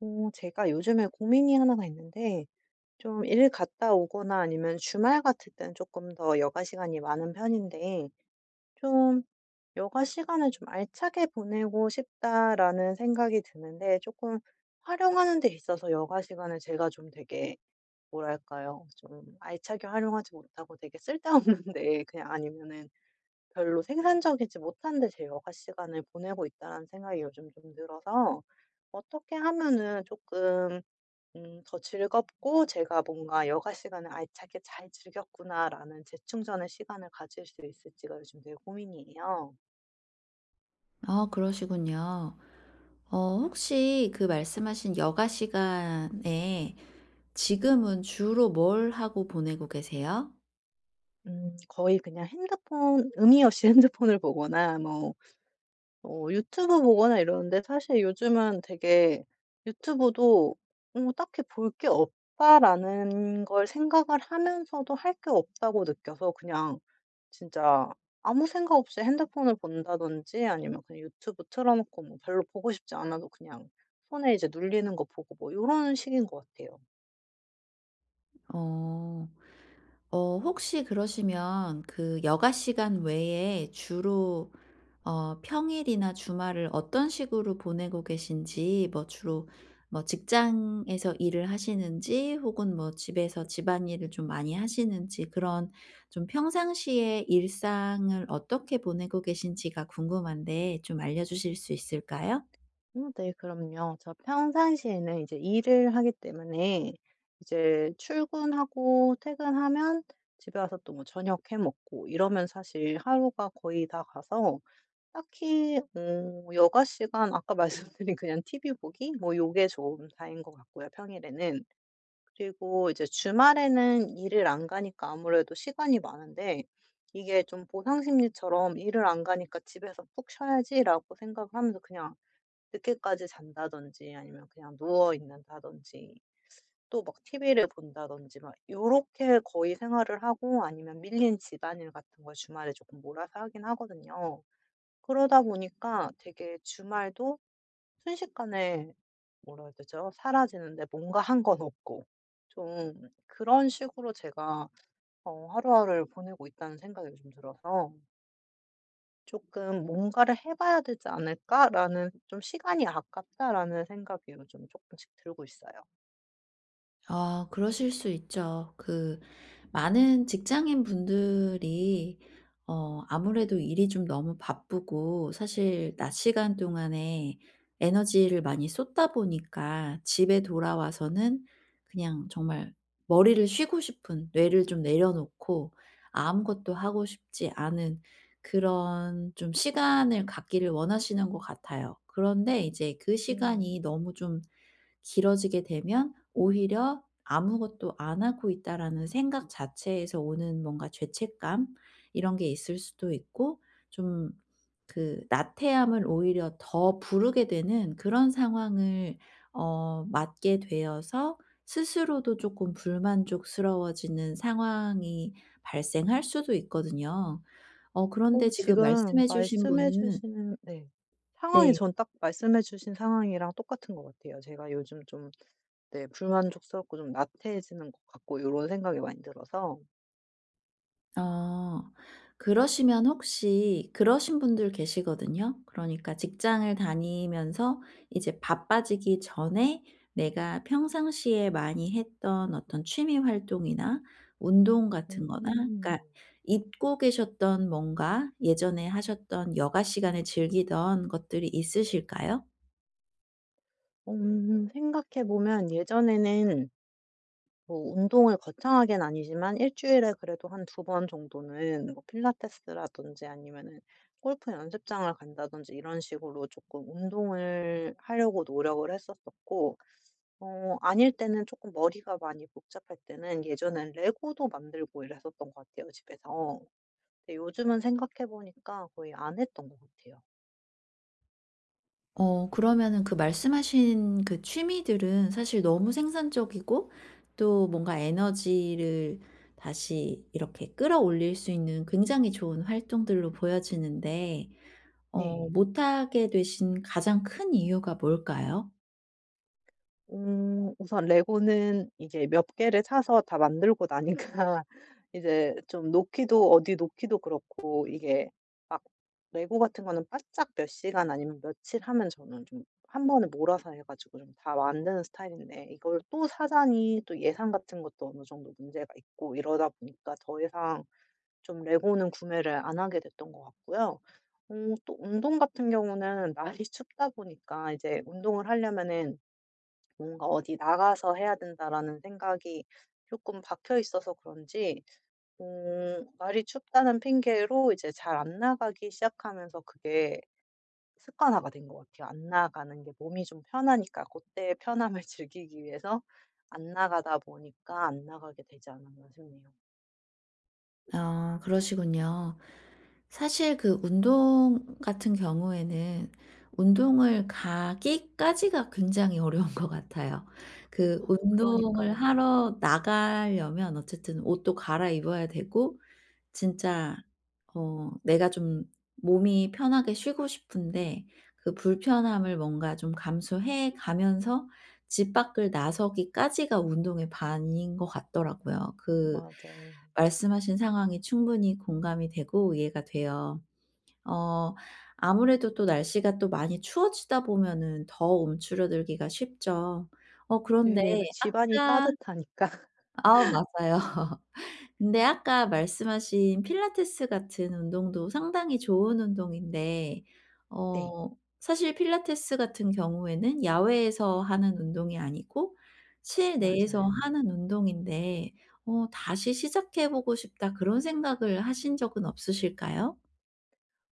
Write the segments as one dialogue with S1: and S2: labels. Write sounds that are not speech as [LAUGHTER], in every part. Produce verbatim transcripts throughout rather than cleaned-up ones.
S1: 어 제가 요즘에 고민이 하나가 있는데, 좀 일 갔다 오거나 아니면 주말 같을 땐 조금 더 여가 시간이 많은 편인데, 좀 '여가 시간을 좀 알차게 보내고 싶다.'라는 생각이 드는데, 조금 활용하는 데 있어서 여가 시간을 제가 좀 되게 뭐랄까요? 좀 알차게 활용하지 못하고 되게 쓸데없는데 [LAUGHS] 그냥 아니면은 별로 생산적이지 못한 데 제 여가 시간을 보내고 있다라는 생각이 요즘 좀 들어서, 어떻게 하면은 조금 음 더 즐겁고 제가 뭔가 '여가 시간을 알차게 잘 즐겼구나.'라는 재충전의 시간을 가질 수 있을지가 요즘 되게 고민이에요.
S2: 아 그러시군요. 어 혹시 그 말씀하신 여가 시간에 지금은 주로 뭘 하고 보내고 계세요?
S1: 음 거의 그냥 핸드폰 의미 없이 [LAUGHS] 핸드폰을 보거나 뭐 어 유튜브 보거나 이러는데, 사실 요즘은 되게 유튜브도 어 딱히 볼 게 없다라는 걸 생각을 하면서도 할 게 없다고 느껴서 그냥 진짜 아무 생각 없이 핸드폰을 본다든지, 아니면 그냥 유튜브 틀어 놓고 뭐 별로 보고 싶지 않아도 그냥 손에 이제 눌리는 거 보고 뭐 이런 식인 것 같아요.
S2: 어. 어 혹시 그러시면 그 여가 시간 외에 주로 어 평일이나 주말을 어떤 식으로 보내고 계신지, 뭐 주로 뭐 직장에서 일을 하시는지 혹은 뭐 집에서 집안일을 좀 많이 하시는지, 그런 좀 평상시에 일상을 어떻게 보내고 계신지가 궁금한데 좀 알려주실 수 있을까요?
S1: 음, 네, 그럼요. 저 평상시에는 이제 일을 하기 때문에, 이제 출근하고 퇴근하면 집에 와서 또 뭐 저녁 해 먹고 이러면 사실 하루가 거의 다 가서 딱히, 음, 여가 시간 아까 [LAUGHS] 말씀드린 그냥 티브이 보기, 뭐 요게 좀 다인 것 같고요, 평일에는. 그리고 이제 주말에는 일을 안 가니까 아무래도 시간이 많은데, 이게 좀 보상 심리처럼 '일을 안 가니까 집에서 푹 쉬어야지.'라고 생각을 하면서 그냥 늦게까지 잔다든지, 아니면 그냥 누워 있는다든지, 또 막 티비를 본다든지, 막 요렇게 거의 생활을 하고, 아니면 밀린 집안일 같은 걸 주말에 조금 몰아서 하긴 하거든요. 그러다 보니까 되게 주말도 순식간에, 뭐라 해야 되죠? 사라지는데 뭔가 한 건 없고, 좀 그런 식으로 제가 어 하루하루를 보내고 있다는 생각이 요즘 들어서, 조금 '뭔가를 해 봐야 되지 않을까?'라는, 좀 '시간이 아깝다.'라는 생각이 요즘 조금씩 들고 있어요.
S2: 아 그러실 수 있죠. 그 많은 직장인 분들이 어 아무래도 일이 좀 너무 바쁘고, 사실 낮 시간 동안에 에너지를 많이 쏟다 보니까 집에 돌아와서는 그냥 정말 머리를 쉬고 싶은, 뇌를 좀 내려놓고 아무것도 하고 싶지 않은 그런 좀 시간을 갖기를 원하시는 것 같아요. 그런데 이제 그 시간이
S1: 음.
S2: 너무 좀 길어지게 되면 오히려 '아무것도 안 하고 있다.'라는 생각 자체에서 오는 뭔가 죄책감, 이런 게 있을 수도 있고, 좀 그 나태함을 오히려 더 부르게 되는 그런 상황을 어 맞게 되어서 스스로도 조금 불만족스러워지는 상황이 발생할 수도 있거든요. 어 그런데
S1: 어
S2: 지금
S1: 지금
S2: 말씀해 주신
S1: 말씀해
S2: 분은
S1: 주시는, 네. 상황이
S2: 네.
S1: 전 딱 말씀해 주신 상황이랑 똑같은 것 같아요. 제가 요즘 좀, 네, 불만족스럽고 좀 나태해지는 것 같고 이런 생각이 많이 들어서.
S2: 어. 그러시면 혹시 그러신 분들 계시거든요. 그러니까 직장을 다니면서 이제 바빠지기 전에 내가 평상시에 많이 했던 어떤 취미 활동이나 운동 같은 거나
S1: 음.
S2: 그러니까 잊고 계셨던 뭔가 예전에 하셨던 여가 시간에 즐기던 것들이 있으실까요?
S1: 음 생각해 보면 예전에는 뭐 운동을 거창하게는 아니지만 일 주일에 그래도 한 두 번 정도는 뭐 필라테스라든지 아니면은 골프 연습장을 간다든지 이런 식으로 조금 운동을 하려고 노력을 했었었고, 어 아닐 때는, 조금 머리가 많이 복잡할 때는 예전엔 레고도 만들고 이랬었던 것 같아요, 집에서. 근데 요즘은 생각해 보니까 거의 안 했던 것 같아요.
S2: 어 그러면은 그 말씀하신 그 취미들은 사실 너무 생산적이고 또 뭔가 에너지를 다시 이렇게 끌어올릴 수 있는 굉장히 좋은 활동들로 보여지는데 어
S1: 네.
S2: 못하게 되신 가장 큰 이유가 뭘까요?
S1: 음 우선 레고는 이제 몇 개를 사서 다 만들고 나니까 [LAUGHS] 이제 좀 놓기도, 어디 놓기도 그렇고, 이게 막 레고 같은 거는 바짝 몇 시간 아니면 며칠 하면 저는 좀 한 번에 몰아서 해 가지고 좀 다 만드는 스타일인데, 이걸 또 사자니 또 예산 같은 것도 어느 정도 문제가 있고 이러다 보니까 더 이상 좀 레고는 구매를 안 하게 됐던 것 같고요. 음 또 운동 같은 경우는 [LAUGHS] 날이 춥다 보니까 이제 운동을 하려면은 뭔가 어디 나가서 해야 된다라는 생각이 조금 박혀 있어서 그런지, 음 날이 춥다는 핑계로 이제 잘 안 나가기 시작하면서 그게 습관화가 된 것 같아요. 안 나가는 게 몸이 좀 편하니까 그때의 편함을 [LAUGHS] 즐기기 위해서 안 나가다 보니까 안 나가게 되지 않았나 싶네요.
S2: 아 그러시군요. 사실 그 운동 같은 경우에는 운동을 가기까지가 굉장히 어려운 것 같아요. 그
S1: 아,
S2: 운동을
S1: 그러니까요.
S2: 하러 나가려면 어쨌든 옷도 갈아입어야 되고, 진짜 어 내가 좀 몸이 편하게 쉬고 싶은데 그 불편함을 뭔가 좀 감수해 가면서 집 밖을 나서기까지가 운동의 반인 것 같더라고요. 그
S1: 맞아요.
S2: 말씀하신 상황이 충분히 공감이 되고 이해가 돼요. 어 아무래도 또 날씨가 또 많이 추워지다 보면은 더 움츠러들기가 쉽죠. 어 그런데
S1: 네. 그 집안이
S2: 아까
S1: 따뜻하니까. [LAUGHS]
S2: 아 맞아요. [LAUGHS] 근데 아까 말씀하신 필라테스 같은 운동도 상당히 좋은 운동인데,
S1: 네.
S2: 어 사실 필라테스 같은 경우에는 야외에서 하는 운동이 아니고 실내에서
S1: 맞아요.
S2: 하는 운동인데, 어 '다시 시작해 보고 싶다.' 그런 생각을 하신 적은 없으실까요?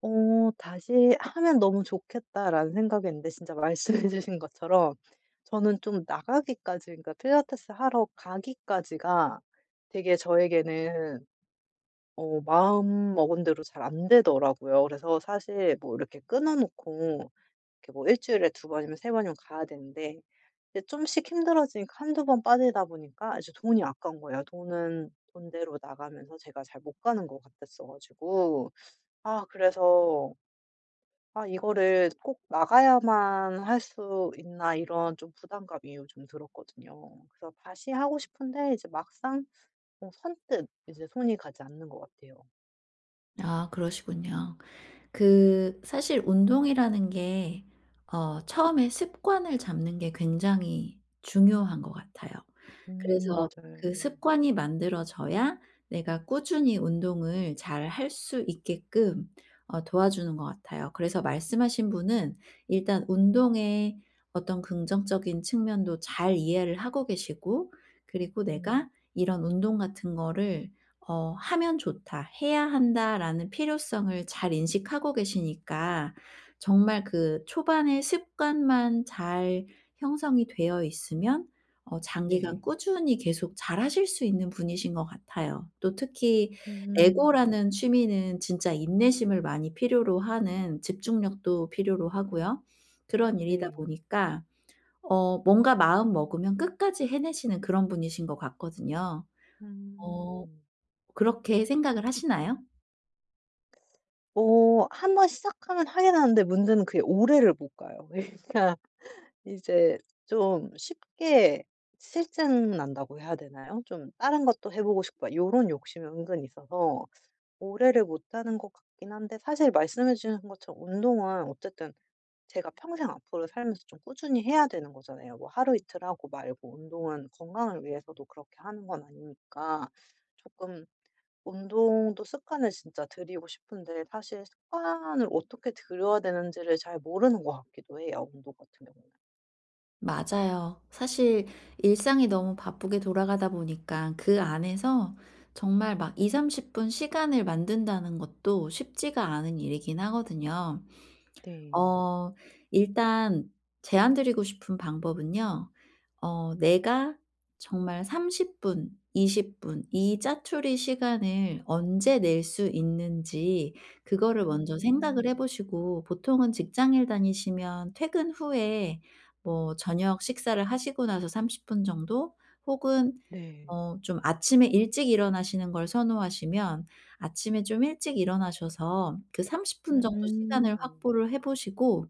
S1: 어 '다시 하면 너무 좋겠다.'라는 생각이 있는데, 진짜 말씀해 주신 것처럼 저는 좀 나가기까지, 그러니까 필라테스 하러 가기까지가 되게 저에게는 어 마음 먹은 대로 잘 안 되더라고요. 그래서 사실 뭐 이렇게 끊어 놓고 이렇게 뭐 일 주일에 두 번이면 세 번이면 가야 되는데, 이제 좀씩 힘들어지니까 한두 번 빠지다 보니까 이제 돈이 아까운 거예요. 돈은 돈대로 나가면서 제가 잘 못 가는 것 같았어 가지고. 아, 그래서 '아 이거를 꼭 나가야만 할 수 있나.' 이런 좀 부담감이 요즘 들었거든요. 그래서 다시 하고 싶은데 이제 막상 어 선뜻 이제 손이 가지 않는 것 같아요.
S2: 아 그러시군요. 그 사실 운동이라는 게 어 처음에 습관을 잡는 게 굉장히 중요한 것 같아요.
S1: 음,
S2: 그래서
S1: 맞아요.
S2: 그 습관이 만들어져야 내가 꾸준히 운동을 잘 할 수 있게끔 어 도와주는 것 같아요. 그래서 말씀하신 분은 일단 운동의 어떤 긍정적인 측면도 잘 이해를 하고 계시고, 그리고
S1: 음.
S2: 내가 이런 운동 같은 거를 어 '하면 좋다. 해야 한다.'라는 필요성을 잘 인식하고 계시니까 정말 그 초반에 습관만 잘 형성이 되어 있으면 어 장기간
S1: 네.
S2: 꾸준히 계속 잘하실 수 있는 분이신 것 같아요. 또 특히
S1: 음.
S2: 레고라는 취미는 진짜 인내심을 많이 필요로 하는, 집중력도 필요로 하고요. 그런 일이다
S1: 네.
S2: 보니까 어 뭔가 마음 먹으면 끝까지 해내시는 그런 분이신 것 같거든요. 어
S1: 음.
S2: 그렇게 생각을 하시나요?
S1: 뭐 한번 시작하면 하긴 하는데, 문제는 그게 오래를 못 가요. [LAUGHS] 그러니까 이제 좀 쉽게 실증 난다고 해야 되나요? 좀 '다른 것도 해 보고 싶다.' 요런 욕심이 은근 있어서 오래를 못하는 것 같긴 한데, 사실 말씀해 주신 것처럼 운동은 어쨌든 제가 평생 앞으로 살면서 좀 꾸준히 해야 되는 거잖아요. 뭐 하루 이틀 하고 말고 운동은 건강을 위해서도 그렇게 하는 건 아니니까 조금 운동도 습관을 진짜 들이고 싶은데, 사실 습관을 어떻게 들여야 되는지를 잘 모르는 것 같기도 해요, 운동 같은 경우는.
S2: 맞아요. 사실 일상이 너무 바쁘게 돌아가다 보니까 그 안에서 정말 막이십 삼십 십 분 시간을 만든다는 것도 쉽지가 않은 일이긴 하거든요.
S1: 네.
S2: 어 일단 제안 드리고 싶은 방법은요. 어 내가 정말 삼십 분, 이십 분, 이 짜투리 시간을 언제 낼 수 있는지 그거를 먼저 생각을
S1: 음.
S2: 해 보시고, 보통은 직장일 다니시면 퇴근 후에 뭐 저녁 식사를 하시고 나서 삼십 분 정도, 혹은
S1: 네.
S2: 어 좀 아침에 일찍 일어나시는 걸 선호하시면 아침에 좀 일찍 일어나셔서 그 삼십 분 정도 시간을
S1: 음.
S2: 확보를 해 보시고,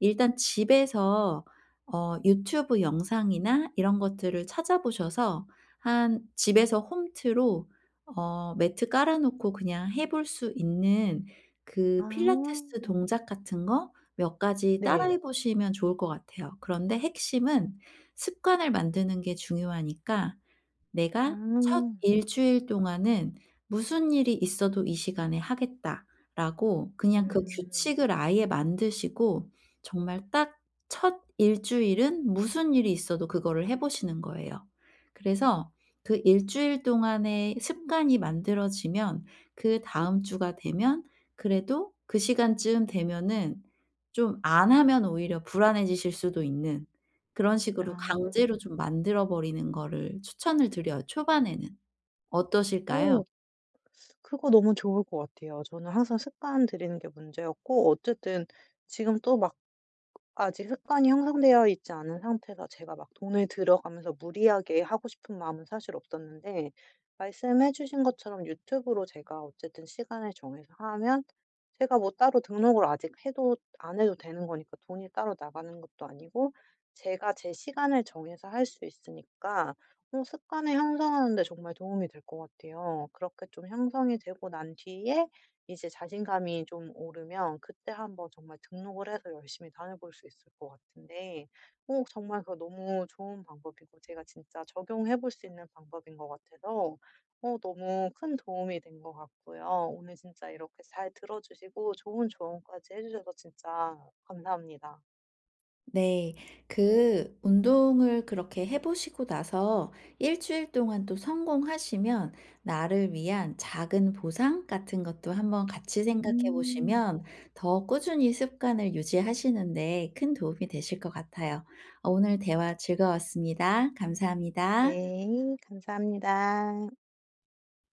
S2: 일단 집에서 어 유튜브 영상이나 이런 것들을 찾아보셔서 한 집에서 홈트로 어 매트 깔아 놓고 그냥 해볼 수 있는 그
S1: 아.
S2: 필라테스 동작 같은 거 몇 가지 따라해
S1: 네.
S2: 보시면 좋을 것 같아요. 그런데 핵심은 습관을 만드는 게 중요하니까, 내가 첫 일 주일 동안은 '무슨 일이 있어도 이 시간에 하겠다.'라고
S1: 아,
S2: 그냥 그
S1: 음.
S2: 규칙을 아예 만드시고, 정말 딱 첫 일주일은 무슨 일이 있어도 그거를 해 보시는 거예요. 그래서 그 일주일 동안의 습관이 만들어지면 그다음 주가 되면 그래도 그 시간쯤 되면은 좀 안 하면 오히려 불안해지실 수도 있는, 그런 식으로
S1: 아.
S2: 강제로 좀 만들어 버리는 거를 추천을 드려요 초반에는. 어떠실까요?
S1: 어 그거 너무 좋을 것 같아요. 저는 항상 습관 들이는 게 문제였고, 어쨌든 지금 또 막 아직 습관이 형성되어 있지 않은 상태서 제가 막 돈을 들어가면서 무리하게 하고 싶은 마음은 사실 없었는데, 말씀해 주신 것처럼 유튜브로 제가 어쨌든 시간을 정해서 하면 제가 뭐 따로 등록을 아직 해도 안 해도 되는 거니까 돈이 따로 나가는 것도 아니고 제가 제 시간을 정해서 할 수 있으니까 어 습관을 형성하는 데 정말 도움이 될 것 같아요. 그렇게 좀 형성이 되고 난 뒤에 이제 자신감이 좀 오르면 그때 한번 정말 등록을 해서 열심히 다녀볼 수 있을 것 같은데, 어 정말 그거 너무 좋은 방법이고 제가 진짜 적용해 볼 수 있는 방법인 것 같아서 어 너무 큰 도움이 된 것 같고요. 오늘 진짜 이렇게 잘 들어 주시고 좋은 조언까지 해 주셔서 진짜 감사합니다.
S2: 네, 그 운동을 그렇게 해보시고 나서 일주일 동안 또 성공하시면 나를 위한 작은 보상 같은 것도 한번 같이 생각해
S1: 음.
S2: 보시면 더 꾸준히 습관을 유지하시는데 큰 도움이 되실 것 같아요. 오늘 대화 즐거웠습니다. 감사합니다.
S1: 네. 감사합니다.